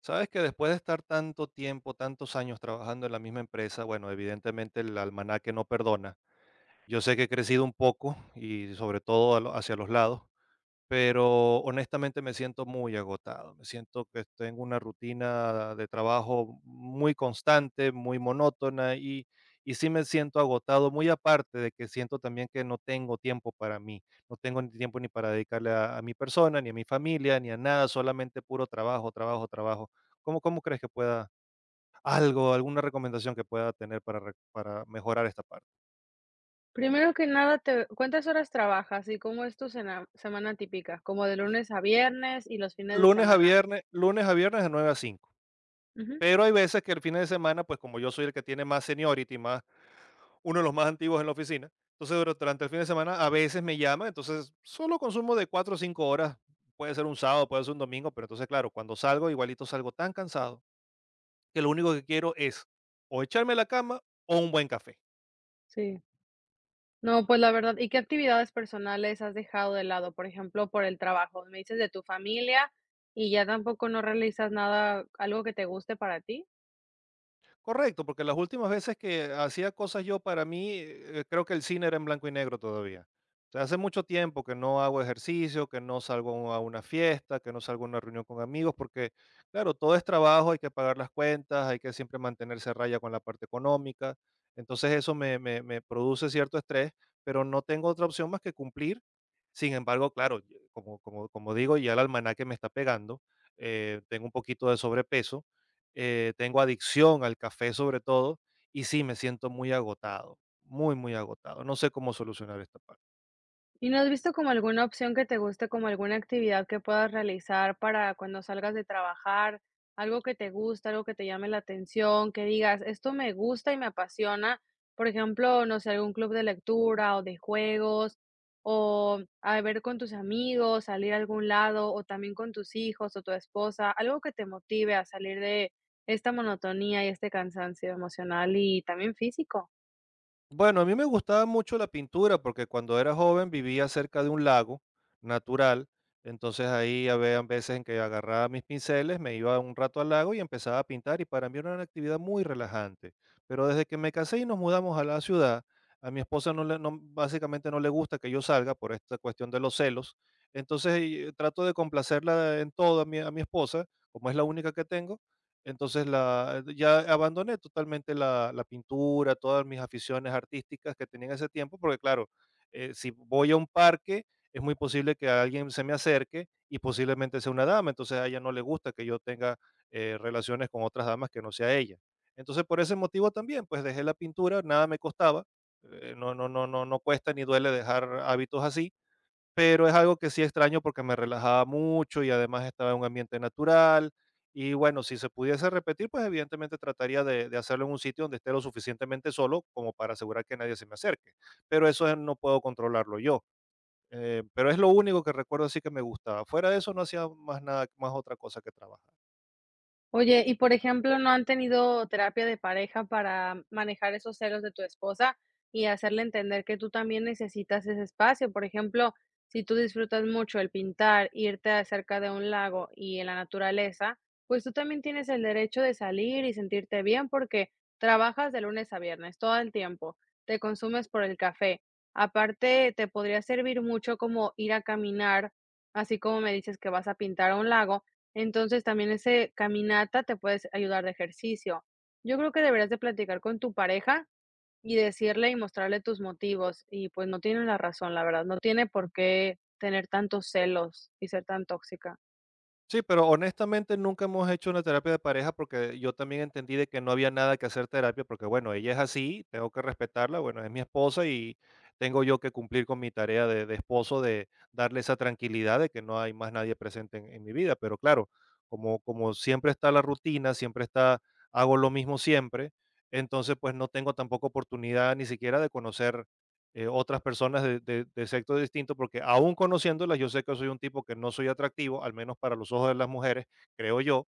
Sabes que después de estar tanto tiempo, tantos años trabajando en la misma empresa, bueno, evidentemente el almanaque no perdona. Yo sé que he crecido un poco y sobre todo hacia los lados, pero honestamente me siento muy agotado, me siento que tengo una rutina de trabajo muy constante, muy monótona y sí me siento agotado, muy aparte de que siento también que no tengo tiempo para mí, no tengo ni tiempo ni para dedicarle a mi persona, ni a mi familia, ni a nada, solamente puro trabajo, trabajo, trabajo. ¿Cómo crees que pueda algo, alguna recomendación que pueda tener para mejorar esta parte? Primero que nada, te... ¿cuántas horas trabajas y cómo es tu sena semana típica? ¿Como de lunes a viernes y los fines de semana? Lunes a viernes de 9 a 5. Ujú. Pero hay veces que el fin de semana, pues como yo soy el que tiene más seniority, más, uno de los más antiguos en la oficina, entonces durante el fin de semana a veces me llama, entonces solo consumo de 4 o 5 horas, puede ser un sábado, puede ser un domingo, pero entonces claro, cuando salgo igualito salgo tan cansado que lo único que quiero es o echarme a la cama o un buen café. Sí. No, pues la verdad, ¿y qué actividades personales has dejado de lado? Por ejemplo, por el trabajo. Me dices de tu familia y ya tampoco no realizas nada, algo que te guste para ti. Correcto, porque las últimas veces que hacía cosas yo para mí, creo que el cine era en blanco y negro todavía. O sea, hace mucho tiempo que no hago ejercicio, que no salgo a una fiesta, que no salgo a una reunión con amigos, porque claro, todo es trabajo, hay que pagar las cuentas, hay que siempre mantenerse a raya con la parte económica. Entonces me produce cierto estrés, pero no tengo otra opción más que cumplir. Sin embargo, claro, como digo, ya el almanaque me está pegando, tengo un poquito de sobrepeso, tengo adicción al café sobre todo, y sí, me siento muy agotado, muy, muy agotado. No sé cómo solucionar esta parte. ¿Y no has visto como alguna opción que te guste, como alguna actividad que puedas realizar para cuando salgas de trabajar? Algo que te gusta, algo que te llame la atención, que digas, esto me gusta y me apasiona. Por ejemplo, no sé, algún club de lectura o de juegos, o a ver con tus amigos, salir a algún lado, o también con tus hijos o tu esposa, algo que te motive a salir de esta monotonía y este cansancio emocional y también físico. Bueno, a mí me gustaba mucho la pintura porque cuando era joven vivía cerca de un lago natural, entonces ahí había veces en que agarraba mis pinceles, me iba un rato al lago y empezaba a pintar y para mí era una actividad muy relajante. Pero desde que me casé y nos mudamos a la ciudad, a mi esposa no le, no- básicamente no le gusta que yo salga por esta cuestión de los celos, trato de complacerla en todo a mi esposa, como es la única que tengo, entonces la ya abandoné totalmente la pintura, todas mis aficiones artísticas que tenía en ese tiempo, porque claro, si voy a un parque, es muy posible que alguien se me acerque y posiblemente sea una dama, entonces a ella no le gusta que yo tenga, relaciones con otras damas que no sea ella. Entonces, por ese motivo también, pues dejé la pintura, nada me costaba, no cuesta ni duele dejar hábitos así, pero es algo que sí extraño porque me relajaba mucho y además estaba en un ambiente natural. Y bueno, si se pudiese repetir, pues evidentemente trataría de hacerlo en un sitio donde esté lo suficientemente solo como para asegurar que nadie se me acerque. Pero no puedo controlarlo yo. Pero es lo único que recuerdo así que me gustaba. Fuera de eso no hacía más nada, más otra cosa que trabajar. Oye, y por ejemplo, ¿no han tenido terapia de pareja para manejar esos celos de tu esposa y hacerle entender que tú también necesitas ese espacio? Por ejemplo, si tú disfrutas mucho el pintar, irte a cerca de un lago y en la naturaleza, pues tú también tienes el derecho de salir y sentirte bien porque trabajas de lunes a viernes todo el tiempo, te consumes por el café. Aparte, te podría servir mucho como ir a caminar, así como me dices que vas a pintar a un lago, entonces también ese caminata te puedes ayudar de ejercicio. Yo creo que deberías de platicar con tu pareja y decirle y mostrarle tus motivos. Y pues no tiene la razón, la verdad, no tiene por qué tener tantos celos y ser tan tóxica. Sí, pero honestamente nunca hemos hecho una terapia de pareja porque yo también entendí de que no había nada que hacer terapia porque, bueno, ella es así, tengo que respetarla, bueno, es mi esposa y tengo yo que cumplir con mi tarea de esposo de darle esa tranquilidad de que no hay más nadie presente en mi vida. Pero claro, como siempre está la rutina, siempre está, hago lo mismo siempre, entonces pues no tengo tampoco oportunidad ni siquiera de conocer, otras personas de sexo distinto, porque aún conociéndolas, yo sé que soy un tipo que no soy atractivo, al menos para los ojos de las mujeres, creo yo.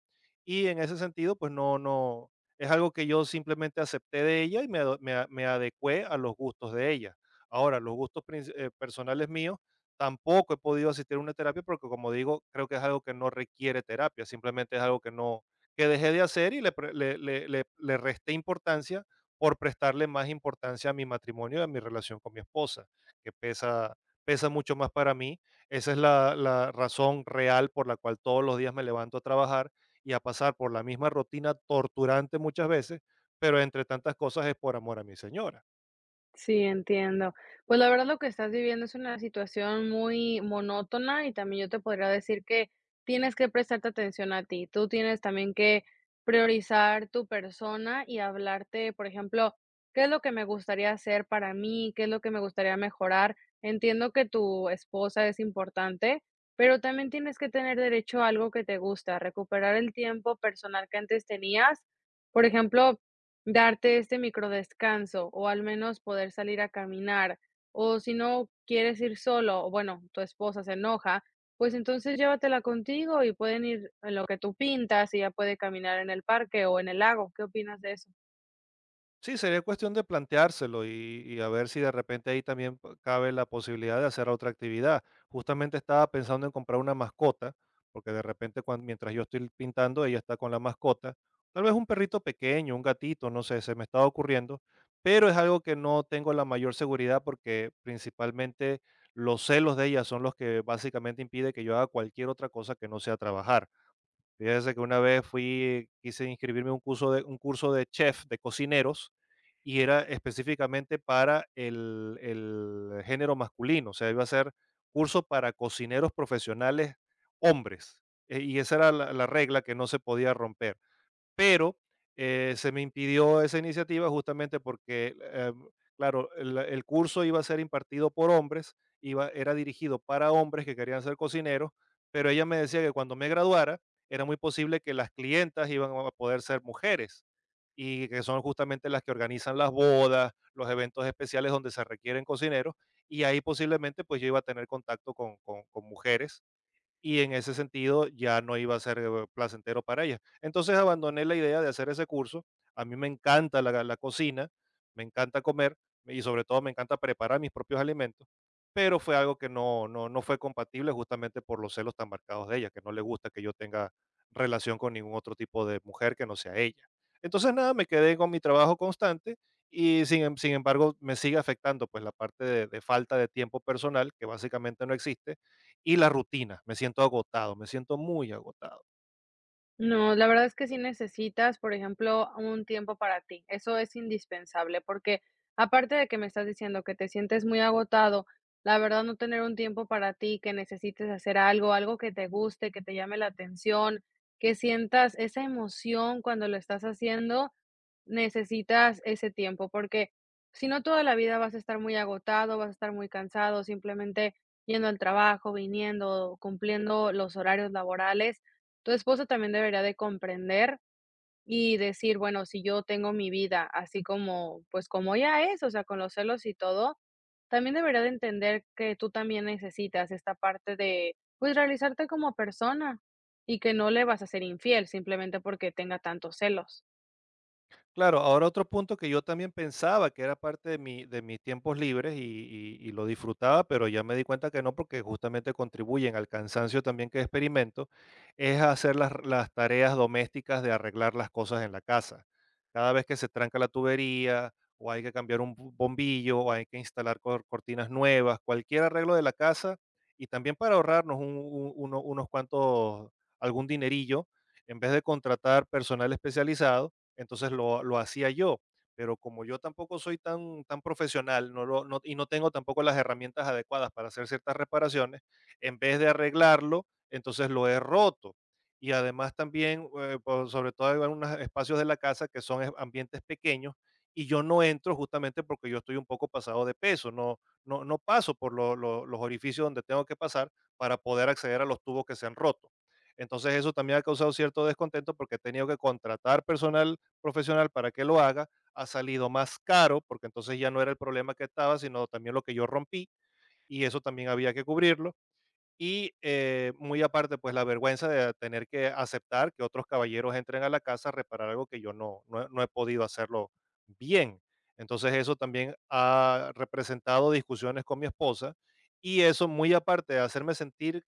Y en ese sentido, pues no, no, es algo que yo simplemente acepté de ella y me adecué a los gustos de ella. Ahora, personales míos, tampoco he podido asistir a una terapia porque, como digo, creo que es algo que no requiere terapia, simplemente es algo que no que dejé de hacer y le, pre- le, le le- le resté importancia por prestarle más importancia a mi matrimonio y a mi relación con mi esposa, que pesa, pesa mucho más para mí. Esa es la razón real por la cual todos los días me levanto a trabajar y a pasar por la misma rutina torturante muchas veces, pero entre tantas cosas es por amor a mi señora. Sí, entiendo. Pues la verdad lo que estás viviendo es una situación muy monótona y también yo te podría decir que tienes que prestarte atención a ti. Tú tienes también que priorizar tu persona y hablarte, por ejemplo, ¿qué es lo que me gustaría hacer para mí? ¿Qué es lo que me gustaría mejorar? Entiendo que tu esposa es importante, pero también tienes que tener derecho a algo que te gusta, recuperar el tiempo personal que antes tenías. Por ejemplo, darte este micro descanso o al menos poder salir a caminar, o si no quieres ir solo, o bueno, tu esposa se enoja, pues entonces llévatela contigo y pueden ir en lo que tú pintas y ya puede caminar en el parque o en el lago. ¿Qué opinas de eso? Sí, sería cuestión de planteárselo y a ver si de repente ahí también cabe la posibilidad de hacer otra actividad. Justamente estaba pensando en comprar una mascota, porque de repente mientras yo estoy pintando, ella está con la mascota. Tal vez un perrito pequeño, un gatito, no sé, se me está ocurriendo, pero es algo que no tengo la mayor seguridad porque principalmente los celos de ella son los que básicamente impide que yo haga cualquier otra cosa que no sea trabajar. Fíjese que una vez fui quise inscribirme a un curso de chef, de cocineros, y era específicamente para el género masculino, o sea, iba a ser curso para cocineros profesionales hombres, y esa era la regla que no se podía romper, pero se me impidió esa iniciativa justamente porque, claro, el curso iba a ser impartido por hombres, era dirigido para hombres que querían ser cocineros, pero ella me decía que cuando me graduara era muy posible que las clientas iban a poder ser mujeres y que son justamente las que organizan las bodas, los eventos especiales donde se requieren cocineros, y ahí posiblemente pues yo iba a tener contacto con mujeres y en ese sentido ya no iba a ser, placentero para ella. Entonces abandoné la idea de hacer ese curso. A mí me encanta la cocina, me encanta comer y sobre todo me encanta preparar mis propios alimentos, pero fue algo que no fue compatible justamente por los celos tan marcados de ella, que no le gusta que yo tenga relación con ningún otro tipo de mujer que no sea ella. Entonces nada, me quedé con mi trabajo constante y sin embargo me sigue afectando pues la parte de falta de tiempo personal, que básicamente no existe, y la rutina. Me siento agotado, me siento muy agotado. No, la verdad es que sí necesitas, por ejemplo, un tiempo para ti. Eso es indispensable, porque aparte de que me estás diciendo que te sientes muy agotado, la verdad no tener un tiempo para ti, que necesites hacer algo, algo que te guste, que te llame la atención, que sientas esa emoción cuando lo estás haciendo, necesitas ese tiempo, porque si no toda la vida vas a estar muy agotado, vas a estar muy cansado, simplemente yendo al trabajo, viniendo, cumpliendo los horarios laborales. Tu esposo también debería de comprender y decir, bueno, si yo tengo mi vida así como, pues como ya es, o sea, con los celos y todo, también debería de entender que tú también necesitas esta parte de, pues, realizarte como persona y que no le vas a ser infiel simplemente porque tenga tantos celos. Claro, ahora otro punto que yo también pensaba que era parte de mis tiempos libres y lo disfrutaba, pero ya me di cuenta que no, porque justamente contribuyen al cansancio también que experimento, es hacer las tareas domésticas de arreglar las cosas en la casa. Cada vez que se tranca la tubería o hay que cambiar un bombillo o hay que instalar cortinas nuevas, cualquier arreglo de la casa, y también para ahorrarnos unos cuantos, algún dinerillo, en vez de contratar personal especializado, entonces lo hacía yo, pero como yo tampoco soy tan profesional y no tengo tampoco las herramientas adecuadas para hacer ciertas reparaciones, en vez de arreglarlo, entonces lo he roto. Y además también, sobre todo hay algunos espacios de la casa que son, ambientes pequeños, y yo no entro justamente porque yo estoy un poco pasado de peso, no, no, no paso por los orificios donde tengo que pasar para poder acceder a los tubos que se han roto. Entonces eso también ha causado cierto descontento porque he tenido que contratar personal profesional para que lo haga, ha salido más caro, porque entonces ya no era el problema que estaba, sino también lo que yo rompí, y eso también había que cubrirlo. Y muy aparte, pues la vergüenza de tener que aceptar que otros caballeros entren a la casa a reparar algo que yo no, no, he no he podido hacerlo bien. Entonces eso también ha representado discusiones con mi esposa y eso, muy aparte de hacerme sentir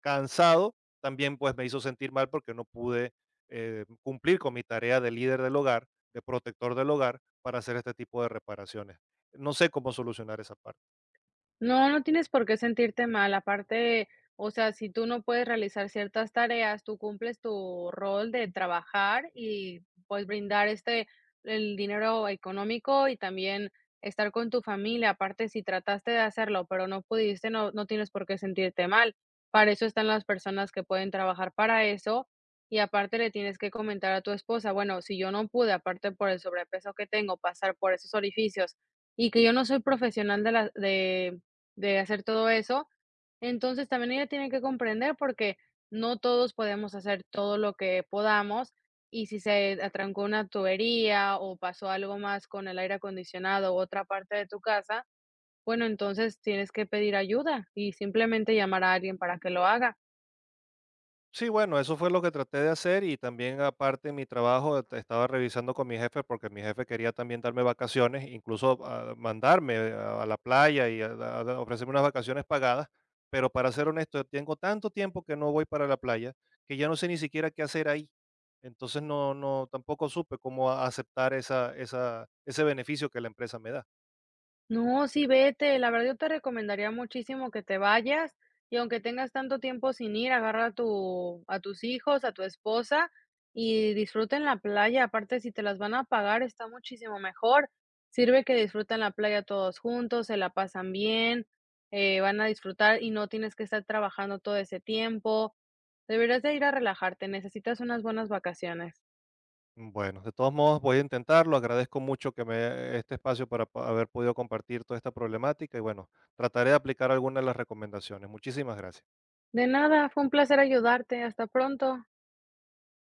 cansado, también pues me hizo sentir mal porque no pude, cumplir con mi tarea de líder del hogar, de protector del hogar, para hacer este tipo de reparaciones. No sé cómo solucionar esa parte. No, no tienes por qué sentirte mal. Aparte, o sea, si tú no puedes realizar ciertas tareas, tú cumples tu rol de trabajar y pues brindar este el dinero económico y también estar con tu familia. Aparte, si trataste de hacerlo, pero no pudiste, no, no tienes por qué sentirte mal. Para eso están las personas que pueden trabajar para eso. Y aparte le tienes que comentar a tu esposa, bueno, si yo no pude, aparte por el sobrepeso que tengo, pasar por esos orificios y que yo no soy profesional de la, de hacer todo eso. Entonces, también ella tiene que comprender porque no todos podemos hacer todo lo que podamos y si se atrancó una tubería o pasó algo más con el aire acondicionado u otra parte de tu casa, bueno, entonces tienes que pedir ayuda y simplemente llamar a alguien para que lo haga. Sí, bueno, eso fue lo que traté de hacer y también aparte en mi trabajo estaba revisando con mi jefe porque mi jefe quería también darme vacaciones, incluso, mandarme, a la playa y a ofrecerme unas vacaciones pagadas, pero para ser honesto, tengo tanto tiempo que no voy para la playa que ya no sé ni siquiera qué hacer ahí. Entonces no, no, tampoco supe cómo aceptar ese beneficio que la empresa me da. No, sí, vete. La verdad, yo te recomendaría muchísimo que te vayas y aunque tengas tanto tiempo sin ir, agarra a tu a tus hijos, a tu esposa y disfruten la playa. Aparte, si te las van a pagar, está muchísimo mejor. Sirve que disfruten la playa todos juntos, se la pasan bien, van a disfrutar y no tienes que estar trabajando todo ese tiempo. Deberías de ir a relajarte, necesitas unas buenas vacaciones. Bueno, de todos modos voy a intentarlo. Agradezco mucho que me este espacio para haber podido compartir toda esta problemática y bueno, trataré de aplicar algunas de las recomendaciones. Muchísimas gracias. De nada, fue un placer ayudarte. Hasta pronto.